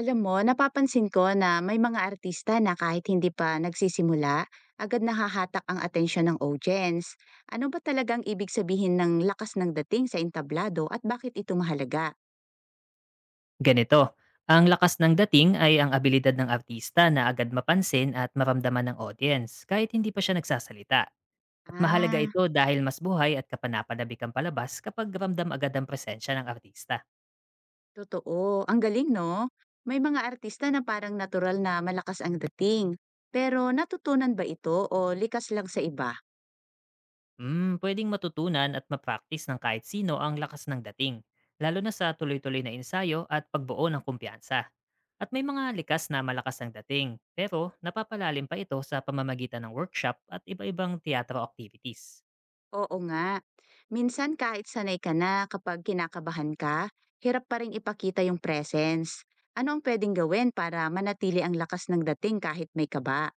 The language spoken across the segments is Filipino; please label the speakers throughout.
Speaker 1: Alam mo, napapansin ko na may mga artista na kahit hindi pa nagsisimula, agad nahahatak ang atensyon ng audience. Ano ba talagang ibig sabihin ng lakas ng dating sa entablado at bakit ito mahalaga?
Speaker 2: Ganito, ang lakas ng dating ay ang abilidad ng artista na agad mapansin at maramdaman ng audience kahit hindi pa siya nagsasalita. At mahalaga
Speaker 1: Ah,
Speaker 2: ito dahil mas buhay at kapanapanabik ang palabas kapag ramdam agad ang presensya ng artista.
Speaker 1: totoo. Ang galing, no? May mga artista na parang natural na malakas ang dating. Pero natutunan ba ito o likas lang sa iba?
Speaker 2: Pwedeng matutunan at ma-practice ng kahit sino ang lakas ng dating, lalo na sa tuloy-tuloy na ensayo at pagbuo ng kumpiyansa. At may mga likas na malakas ang dating, pero napapalalim pa ito sa pamamagitan ng workshop at iba-ibang teatro activities.
Speaker 1: Oo nga. Minsan kahit sanay ka na kapag kinakabahan ka, hirap pa rin ipakita yung presence. Ano ang pwedeng gawin para manatili ang lakas ng dating kahit may kaba?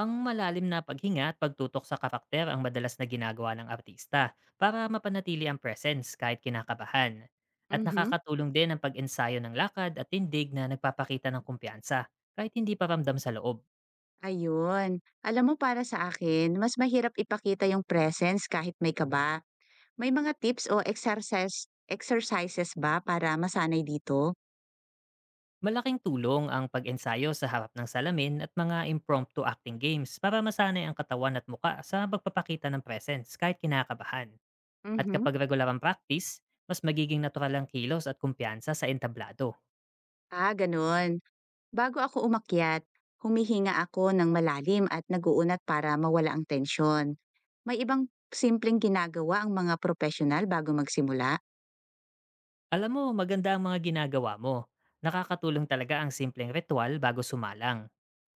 Speaker 2: Ang malalim na paghinga at pagtutok sa karakter ang madalas na ginagawa ng artista para mapanatili ang presence kahit kinakabahan. At
Speaker 1: Mhm.
Speaker 2: nakakatulong din ang pag-ensayo ng lakad at tindig na nagpapakita ng kumpiyansa kahit hindi paramdam sa loob.
Speaker 1: Ayun. Alam mo, para sa akin, mas mahirap ipakita yung presence kahit may kaba. May mga tips o exercises ba para masanay dito?
Speaker 2: Malaking tulong ang pag-ensayo sa harap ng salamin at mga impromptu acting games para masanay ang katawan at muka sa pagpapakita ng presence kahit kinakabahan. At
Speaker 1: Mhm.
Speaker 2: kapag regular ang practice, mas magiging natural ang kilos at kumpiyansa sa entablado.
Speaker 1: Ah, ganun. Bago ako umakyat, humihinga ako ng malalim at naguunat para mawala ang tensyon. May ibang simpleng ginagawa ang mga profesional bago magsimula?
Speaker 2: Alam mo, maganda ang mga ginagawa mo. Nakakatulong talaga ang simpleng ritual bago sumalang.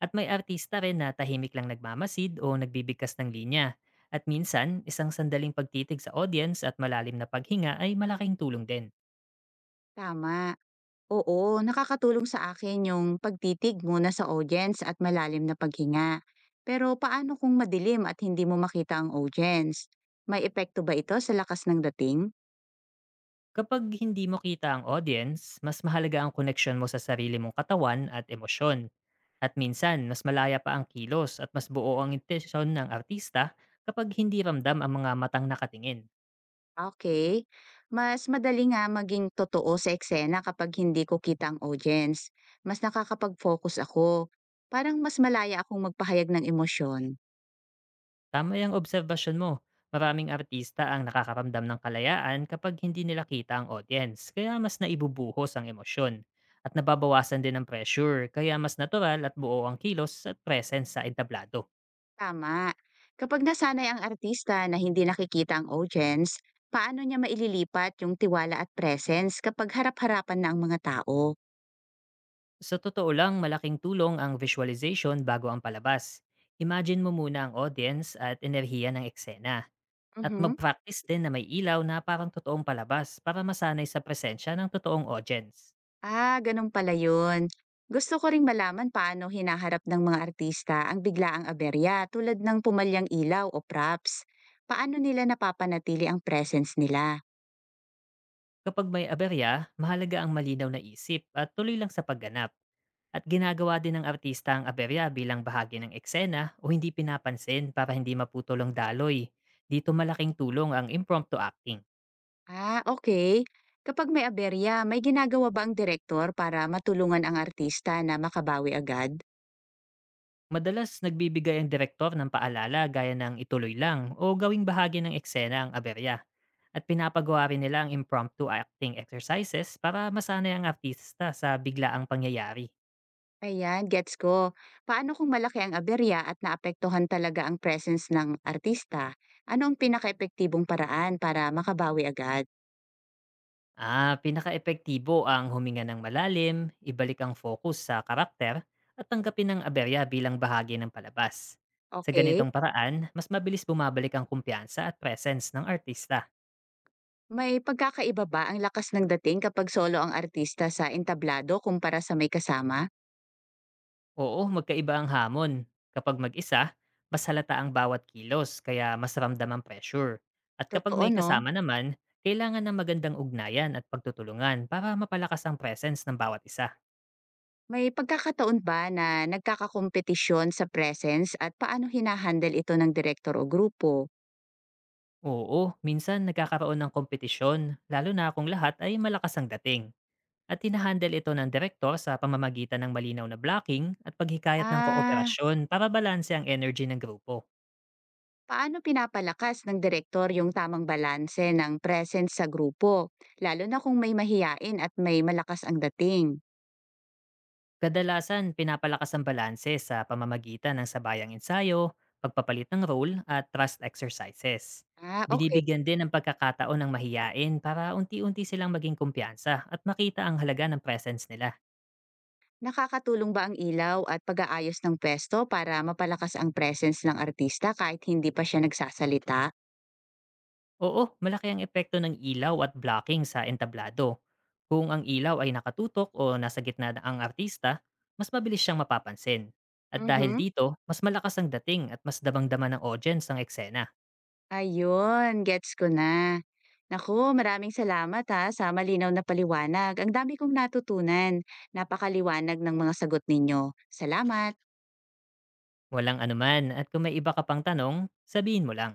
Speaker 2: At may artista rin na tahimik lang nagmamasid o nagbibigkas ng linya. At minsan, isang sandaling pagtitig sa audience at malalim na paghinga ay malaking tulong din.
Speaker 1: Tama. Oo, nakakatulong sa akin yung pagtitig muna sa audience at malalim na paghinga. Pero paano kung madilim at hindi mo makita ang audience? May epekto ba ito sa lakas ng dating?
Speaker 2: Kapag hindi mo kita ang audience, mas mahalaga ang connection mo sa sarili mong katawan at emosyon. At minsan, mas malaya pa ang kilos at mas buo ang intensyon ng artista kapag hindi ramdam ang mga matang nakatingin.
Speaker 1: Okay, mas madali nga maging totoo sa eksena kapag hindi ko kita ang audience. Mas nakakapag-focus ako. Parang mas malaya akong magpahayag ng emosyon.
Speaker 2: Tama yung obserbasyon mo. Maraming artista ang nakakaramdam ng kalayaan kapag hindi nila kita ang audience, kaya mas naibubuhos ang emosyon. At nababawasan din ang pressure, kaya mas natural at buo ang kilos at presence sa entablado.
Speaker 1: Tama. Kapag nasanay ang artista na hindi nakikita ang audience, paano niya maililipat yung tiwala at presence kapag harap-harapan na ang mga tao?
Speaker 2: Sa totoo lang, malaking tulong ang visualization bago ang palabas. Imagine mo muna ang audience at enerhiya ng eksena. At
Speaker 1: Mhm.
Speaker 2: mag-practice din na may ilaw na parang totoong palabas para masanay sa presensya ng totoong audience.
Speaker 1: Ah, ganun pala yun. Gusto ko ring malaman paano hinaharap ng mga artista ang biglaang aberya tulad ng pumalyang ilaw o props. Paano nila napapanatili ang presence nila?
Speaker 2: Kapag may aberya, mahalaga ang malinaw na isip at tuloy lang sa pagganap. At ginagawa din ng artista ang aberya bilang bahagi ng eksena o hindi pinapansin para hindi maputol ang daloy. Dito malaking tulong ang impromptu acting.
Speaker 1: Ah, okay. Kapag may aberya, may ginagawa ba ang direktor para matulungan ang artista na makabawi agad?
Speaker 2: Madalas nagbibigay ang direktor ng paalala gaya ng ituloy lang o gawing bahagi ng eksena ang aberya. At pinapagawa rin nila ang impromptu acting exercises para masanay ang artista sa biglaang pangyayari.
Speaker 1: Ayan, gets ko. Paano kung malaki ang aberya at naapektuhan talaga ang presence ng artista? Ano ang paraan para makabawi agad?
Speaker 2: Ah, pinakaepektibo ang huminga ng malalim, ibalik ang focus sa karakter, at tanggapin ang aberya bilang bahagi ng palabas. Sa
Speaker 1: Okay.
Speaker 2: ganitong paraan, mas mabilis bumabalik ang kumpiyansa at presence ng artista.
Speaker 1: May pagkakaiba ba ang lakas ng dating kapag solo ang artista sa entablado kumpara sa may kasama?
Speaker 2: Oo, magkaiba ang hamon. Kapag mag-isa, mas halata ang bawat kilos, kaya mas ramdam ang pressure. At kapag
Speaker 1: Totoo
Speaker 2: may
Speaker 1: 'no?
Speaker 2: kasama naman, kailangan ng magandang ugnayan at pagtutulungan para mapalakas ang presence ng bawat isa.
Speaker 1: May pagkakataon ba na nagkakakompetisyon sa presence at paano hinahandle ito ng direktor o grupo?
Speaker 2: Oo, minsan nagkakaroon ng kompetisyon, lalo na kung lahat ay malakas ang dating. At hinahandle ito ng direktor sa pamamagitan ng malinaw na blocking at paghikayat ng
Speaker 1: Ah,
Speaker 2: kooperasyon para balanse ang energy ng grupo.
Speaker 1: paano pinapalakas ng direktor yung tamang balanse ng presence sa grupo, lalo na kung may mahiyain at may malakas ang dating?
Speaker 2: Kadalasan, pinapalakas ang balanse sa pamamagitan ng sabayang ensayo, pagpapalit ng role at trust exercises.
Speaker 1: Ah, okay.
Speaker 2: Binibigyan din ng pagkakataon ng mahiyain para unti-unti silang maging kumpiyansa at makita ang halaga ng presence nila.
Speaker 1: Nakakatulong ba ang ilaw at pag-aayos ng pwesto para mapalakas ang presence ng artista kahit hindi pa siya nagsasalita?
Speaker 2: Oo, malaki ang epekto ng ilaw at blocking sa entablado. Kung ang ilaw ay nakatutok o nasa gitna na ang artista, mas mabilis siyang mapapansin. At dahil
Speaker 1: Mhm.
Speaker 2: dito, mas malakas ang dating at mas damang-dama ng audience ang eksena.
Speaker 1: Ayun, gets ko na. Naku, maraming salamat ha sa malinaw na paliwanag. Ang dami kong natutunan. Napakaliwanag ng mga sagot ninyo. Salamat!
Speaker 2: Walang anuman at kung may iba ka pang tanong, sabihin mo lang.